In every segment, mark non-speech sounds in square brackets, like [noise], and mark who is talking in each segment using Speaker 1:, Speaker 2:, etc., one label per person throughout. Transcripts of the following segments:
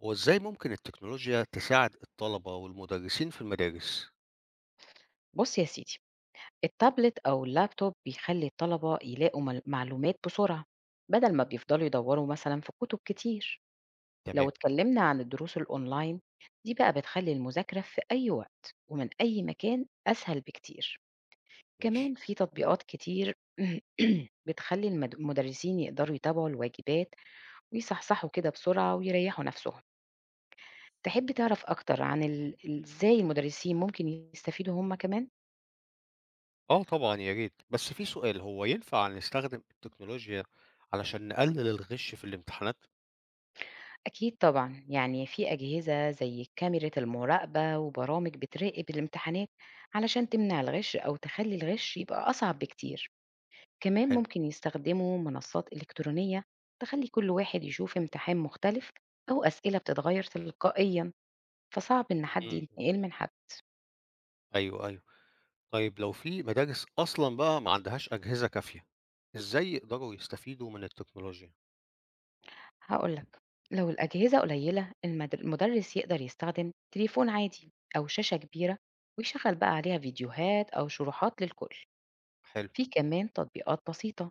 Speaker 1: هو إزاي ممكن التكنولوجيا تساعد الطلبة والمدرسين في المدارس؟
Speaker 2: بص يا سيدي، التابلت أو اللابتوب بيخلي الطلبة يلاقوا معلومات بسرعة، بدل ما بيفضلوا يدوروا مثلا في كتب كتير.
Speaker 1: تمام.
Speaker 2: لو اتكلمنا عن الدروس الأونلاين، دي بقى بتخلي المذاكرة في أي وقت ومن أي مكان أسهل بكتير. كمان
Speaker 1: ماشي.
Speaker 2: في تطبيقات كتير [clears throat] بتخلي المدرسين يقدروا يتابعوا الواجبات ويصحصحوا كده بسرعة ويريحوا نفسهم. تحب تعرف أكتر عن إزاي المدرسين ممكن يستفيدوا هما كمان؟
Speaker 1: آه طبعا يا ريت، بس في سؤال: هو ينفع نستخدم التكنولوجيا علشان نقلل الغش في الامتحانات؟
Speaker 2: أكيد طبعًا، يعني في أجهزة زي كاميرا المراقبة وبرامج بتراقب الامتحانات علشان تمنع الغش أو تخلّي الغش يبقى أصعب بكتير، كمان
Speaker 1: حلو.
Speaker 2: ممكن يستخدموا منصات إلكترونية تخلّي كل واحد يشوف امتحان مختلف أو أسئلة بتتغيّر تلقائيًا، فصعب إن حد
Speaker 1: مم.
Speaker 2: ينتقل من حد.
Speaker 1: أيوه أيوه. طيب لو في مدارس أصلا بقى ما عندهاش أجهزة كافية، إزاي يقدروا يستفيدوا من التكنولوجيا؟
Speaker 2: هاقول لك، لو الأجهزة قليلة المدرس يقدر يستخدم تليفون عادي أو شاشة كبيرة ويشغّل بقى عليها فيديوهات أو شروحات للكل.
Speaker 1: حلو.
Speaker 2: في كمان تطبيقات بسيطة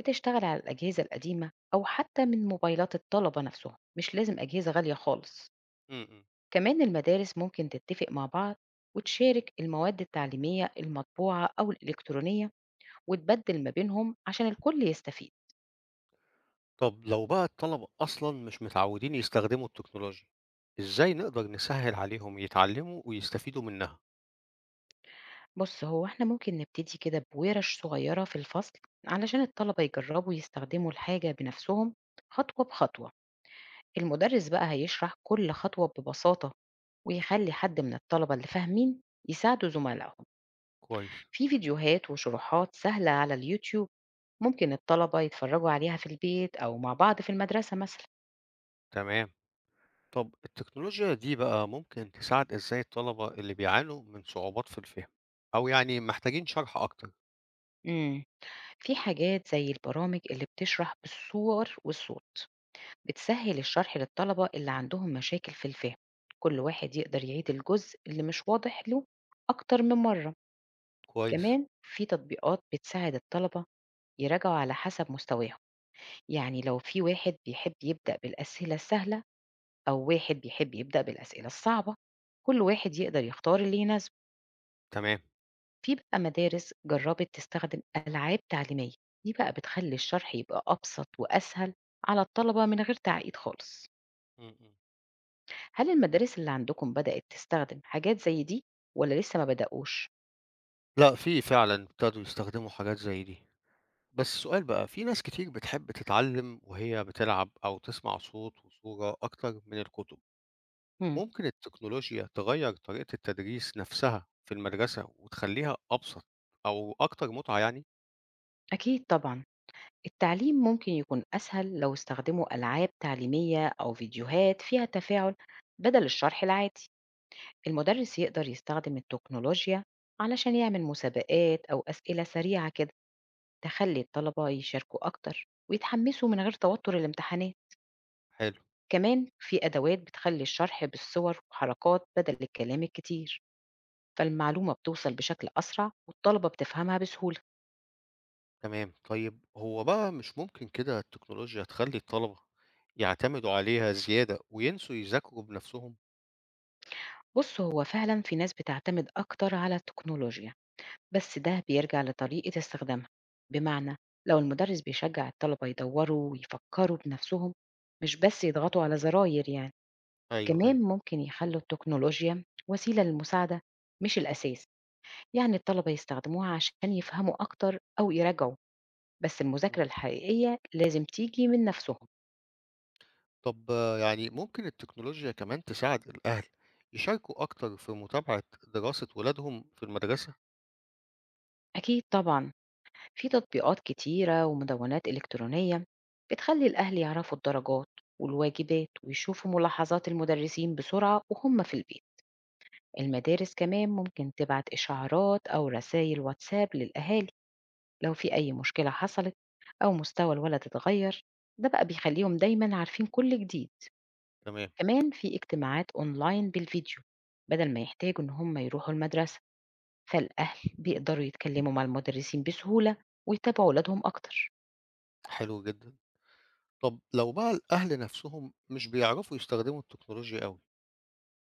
Speaker 2: بتشتغل على الأجهزة القديمة أو حتى من موبايلات الطلبة نفسهم، مش لازم أجهزة غالية خالص.
Speaker 1: مم.
Speaker 2: كمان المدارس ممكن تتفق مع بعض وتشارك المواد التعليمية المطبوعة أو الإلكترونية وتبدل ما بينهم عشان الكل يستفيد.
Speaker 1: طب لو بقى الطلبة أصلا مش متعودين يستخدموا التكنولوجيا، إزاي نقدر نسهل عليهم يتعلموا ويستفيدوا منها؟
Speaker 2: بص، هو احنا ممكن نبتدي كده بورش صغيرة في الفصل علشان الطلبة يجربوا يستخدموا الحاجة بنفسهم خطوة بخطوة. المدرس بقى هيشرح كل خطوة ببساطة ويخلي حد من الطلبة اللي فاهمين يساعدوا زملائهم.
Speaker 1: كويس.
Speaker 2: في فيديوهات وشروحات سهلة على اليوتيوب، ممكن الطلبة يتفرجوا عليها في البيت أو مع بعض في المدرسة مثلا.
Speaker 1: تمام. طب التكنولوجيا دي بقى ممكن تساعد إزاي الطلبة اللي بيعانوا من صعوبات في الفهم، أو يعني محتاجين شرح أكتر؟
Speaker 2: مم. في حاجات زي البرامج اللي بتشرح بالصور والصوت، بتسهل الشرح للطلبة اللي عندهم مشاكل في الفهم. كل واحد يقدر يعيد الجزء اللي مش واضح له أكتر من مرة.
Speaker 1: كويس.
Speaker 2: كمان في تطبيقات بتساعد الطلبة يراجعوا على حسب مستواهم، يعني لو في واحد بيحب يبدأ بالأسئلة السهلة أو واحد بيحب يبدأ بالأسئلة الصعبة، كل واحد يقدر يختار اللي يناسبه.
Speaker 1: تمام.
Speaker 2: في بقى مدارس جربت تستخدم ألعاب تعليمية، دي بقى بتخلي الشرح يبقى أبسط وأسهل على الطلبة من غير تعقيد خالص.
Speaker 1: م- م.
Speaker 2: هل المدارس اللي عندكم بدأت تستخدم حاجات زي دي ولا لسه ما بدأوش؟
Speaker 1: لا، في فعلا ابتدوا يستخدموا حاجات زي دي. بس سؤال بقى: في ناس كتير بتحب تتعلم وهي بتلعب، أو تسمع صوت وصورة أكتر من الكتب.
Speaker 2: مم.
Speaker 1: ممكن التكنولوجيا تغير طريقة التدريس نفسها في المدرسة وتخليها أبسط، أو أكتر متعة يعني
Speaker 2: أكيد طبعا، التعليم ممكن يكون أسهل لو استخدموا ألعاب تعليمية أو فيديوهات فيها تفاعل بدل الشرح العادي.
Speaker 1: م.
Speaker 2: المدرس يقدر يستخدم التكنولوجيا علشان يعمل مسابقات أو أسئلة سريعة كده تخلي الطلبة يشاركوا أكتر ويتحمسوا من غير توتر الامتحانات.
Speaker 1: حلو.
Speaker 2: كمان في أدوات بتخلي الشرح بالصور وحركات بدل الكلام الكتير، فالمعلومة بتوصل بشكل أسرع والطلبة بتفهمها بسهولة.
Speaker 1: تمام، طيب هو بقى مش ممكن كده التكنولوجيا تخلّي الطلبة يعتمدوا عليها زيادة وينسوا يذاكروا بنفسهم؟
Speaker 2: بص، هو فعلا في ناس بتعتمد أكتر على التكنولوجيا، بس ده بيرجع لطريقة استخدامها. بمعنى، لو المدرس بيشجع الطلبة يدوروا ويفكروا بنفسهم، مش بس يضغطوا على زراير يعني.
Speaker 1: أيوه، أيوه.
Speaker 2: كمان ممكن يخلوا التكنولوجيا وسيلة للمساعدة مش الأساس، يعني الطلبة يستخدموها عشان يفهموا أكتر أو يراجعوا، بس
Speaker 1: إمم.
Speaker 2: المذاكرة الحقيقية لازم تيجي من نفسهم.
Speaker 1: طب يعني ممكن التكنولوجيا كمان تساعد الأهل يشاركوا أكتر في متابعة دراسة ولادهم في المدرسة؟
Speaker 2: أكيد طبعا، في تطبيقات كتيرة ومدونات إلكترونية بتخلي الأهل يعرفوا الدرجات والواجبات ويشوفوا ملاحظات المدرسين بسرعة وهم في البيت. المدارس كمان ممكن تبعت إشعارات أو رسائل واتساب للأهالي لو في أي مشكلة حصلت أو مستوى الولد اتغير، ده بقى بيخليهم دايما عارفين كل جديد.
Speaker 1: تمام.
Speaker 2: كمان في اجتماعات أونلاين بالفيديو بدل ما يحتاجوا إن هم يروحوا المدرسة، فالأهل بيقدروا يتكلموا مع المدرسين بسهولة ويتابعوا ولادهم أكتر.
Speaker 1: حلو جدًا. طب لو بقى الأهل نفسهم مش بيعرفوا يستخدموا التكنولوجيا أوي،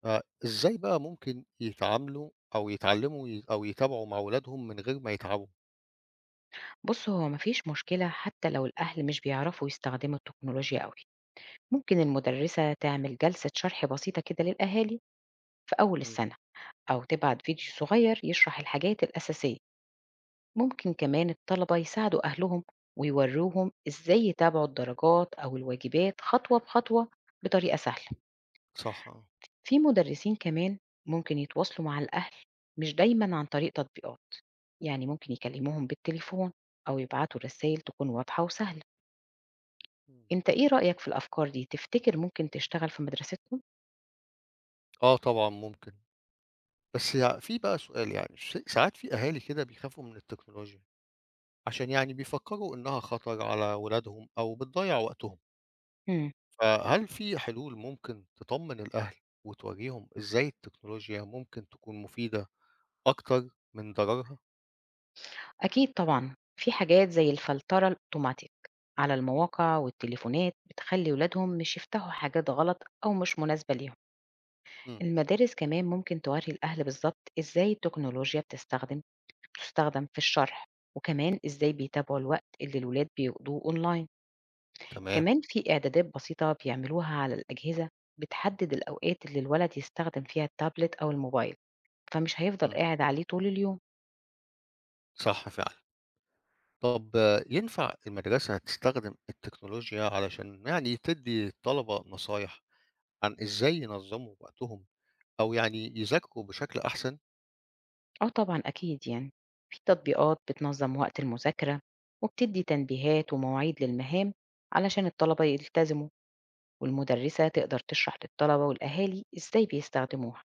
Speaker 1: فإزاي بقى ممكن يتعاملوا أو يتعلموا أو يتابعوا مع ولادهم من غير ما يتعبوا؟
Speaker 2: بص، هو مفيش مشكلة حتى لو الأهل مش بيعرفوا يستخدموا التكنولوجيا أوي. ممكن المدرسة تعمل جلسة شرح بسيطة كده للأهالي في أول
Speaker 1: إمم.
Speaker 2: السنة، أو تبعت فيديو صغير يشرح الحاجات الأساسية. ممكن كمان الطلبة يساعدوا أهلهم ويوروهم إزاي يتابعوا الدرجات أو الواجبات خطوة بخطوة بطريقة سهلة.
Speaker 1: صح، آه.
Speaker 2: في مدرسين كمان ممكن يتواصلوا مع الأهل مش دايما عن طريق تطبيقات، يعني ممكن يكلموهم بالتليفون أو يبعتوا رسائل تكون واضحة وسهلة.
Speaker 1: إمم.
Speaker 2: أنت إيه رأيك في الأفكار دي؟ تفتكر ممكن تشتغل في مدرستهم؟
Speaker 1: آه طبعًا ممكن. بس هي في بقى سؤال، يعني ساعات في أهالي كده بيخافوا من التكنولوجيا، عشان يعني بيفكروا إنها خطر على ولادهم أو بتضيّع وقتهم،
Speaker 2: مم.
Speaker 1: فهل في حلول ممكن تطمن الأهل وتوريهم إزاي التكنولوجيا ممكن تكون مفيدة أكتر من ضررها؟
Speaker 2: أكيد طبعًا، في حاجات زي الفلترة الأوتوماتيك على المواقع والتليفونات بتخلّي ولادهم مش يفتحوا حاجات غلط أو مش مناسبة ليهم.
Speaker 1: إمم.
Speaker 2: المدارس كمان ممكن تورّي الأهل بالضبط إزاي التكنولوجيا بتستخدم في الشرح، وكمان إزاي بيتابعوا الوقت اللي الولاد بيقضوه أونلاين.
Speaker 1: تمام.
Speaker 2: كمان في إعدادات بسيطة بيعملوها على الأجهزة بتحدد الأوقات اللي الولد يستخدم فيها التابلت أو الموبايل، فمش هيفضل
Speaker 1: إمم.
Speaker 2: قاعد عليه طول اليوم.
Speaker 1: صح فعلًا. طب ينفع المدرسة تستخدم التكنولوجيا علشان يعني تدّي الطلبة نصايح عن إزاي ينظموا وقتهم، أو يعني يذاكروا بشكل أحسن؟
Speaker 2: آه طبعًا أكيد يعني، في تطبيقات بتنظّم وقت المذاكرة وبتدّي تنبيهات ومواعيد للمهام علشان الطلبة يلتزموا، والمُدرِّسة تقدر تشرح للطلبة والأهالي إزاي بيستخدموها.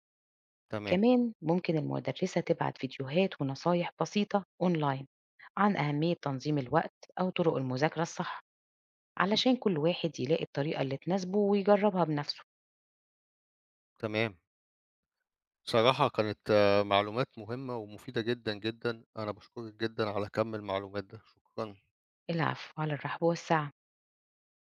Speaker 1: تمام.
Speaker 2: كمان ممكن المُدرِّسة تبعت فيديوهات ونصايح بسيطة أونلاين عن أهمية تنظيم الوقت أو طُرق المذاكرة الصح، علشان كل واحد يلاقي الطريقة اللي تناسبه ويجرّبها بنَفْسه.
Speaker 1: تمام. بصراحة كانت معلومات مهمة ومفيدة جدًا، جدًا. أنا باشكرِك جدًا على كم المعلومات ده، شكرًا.
Speaker 2: العفو، على الرحب والسعة.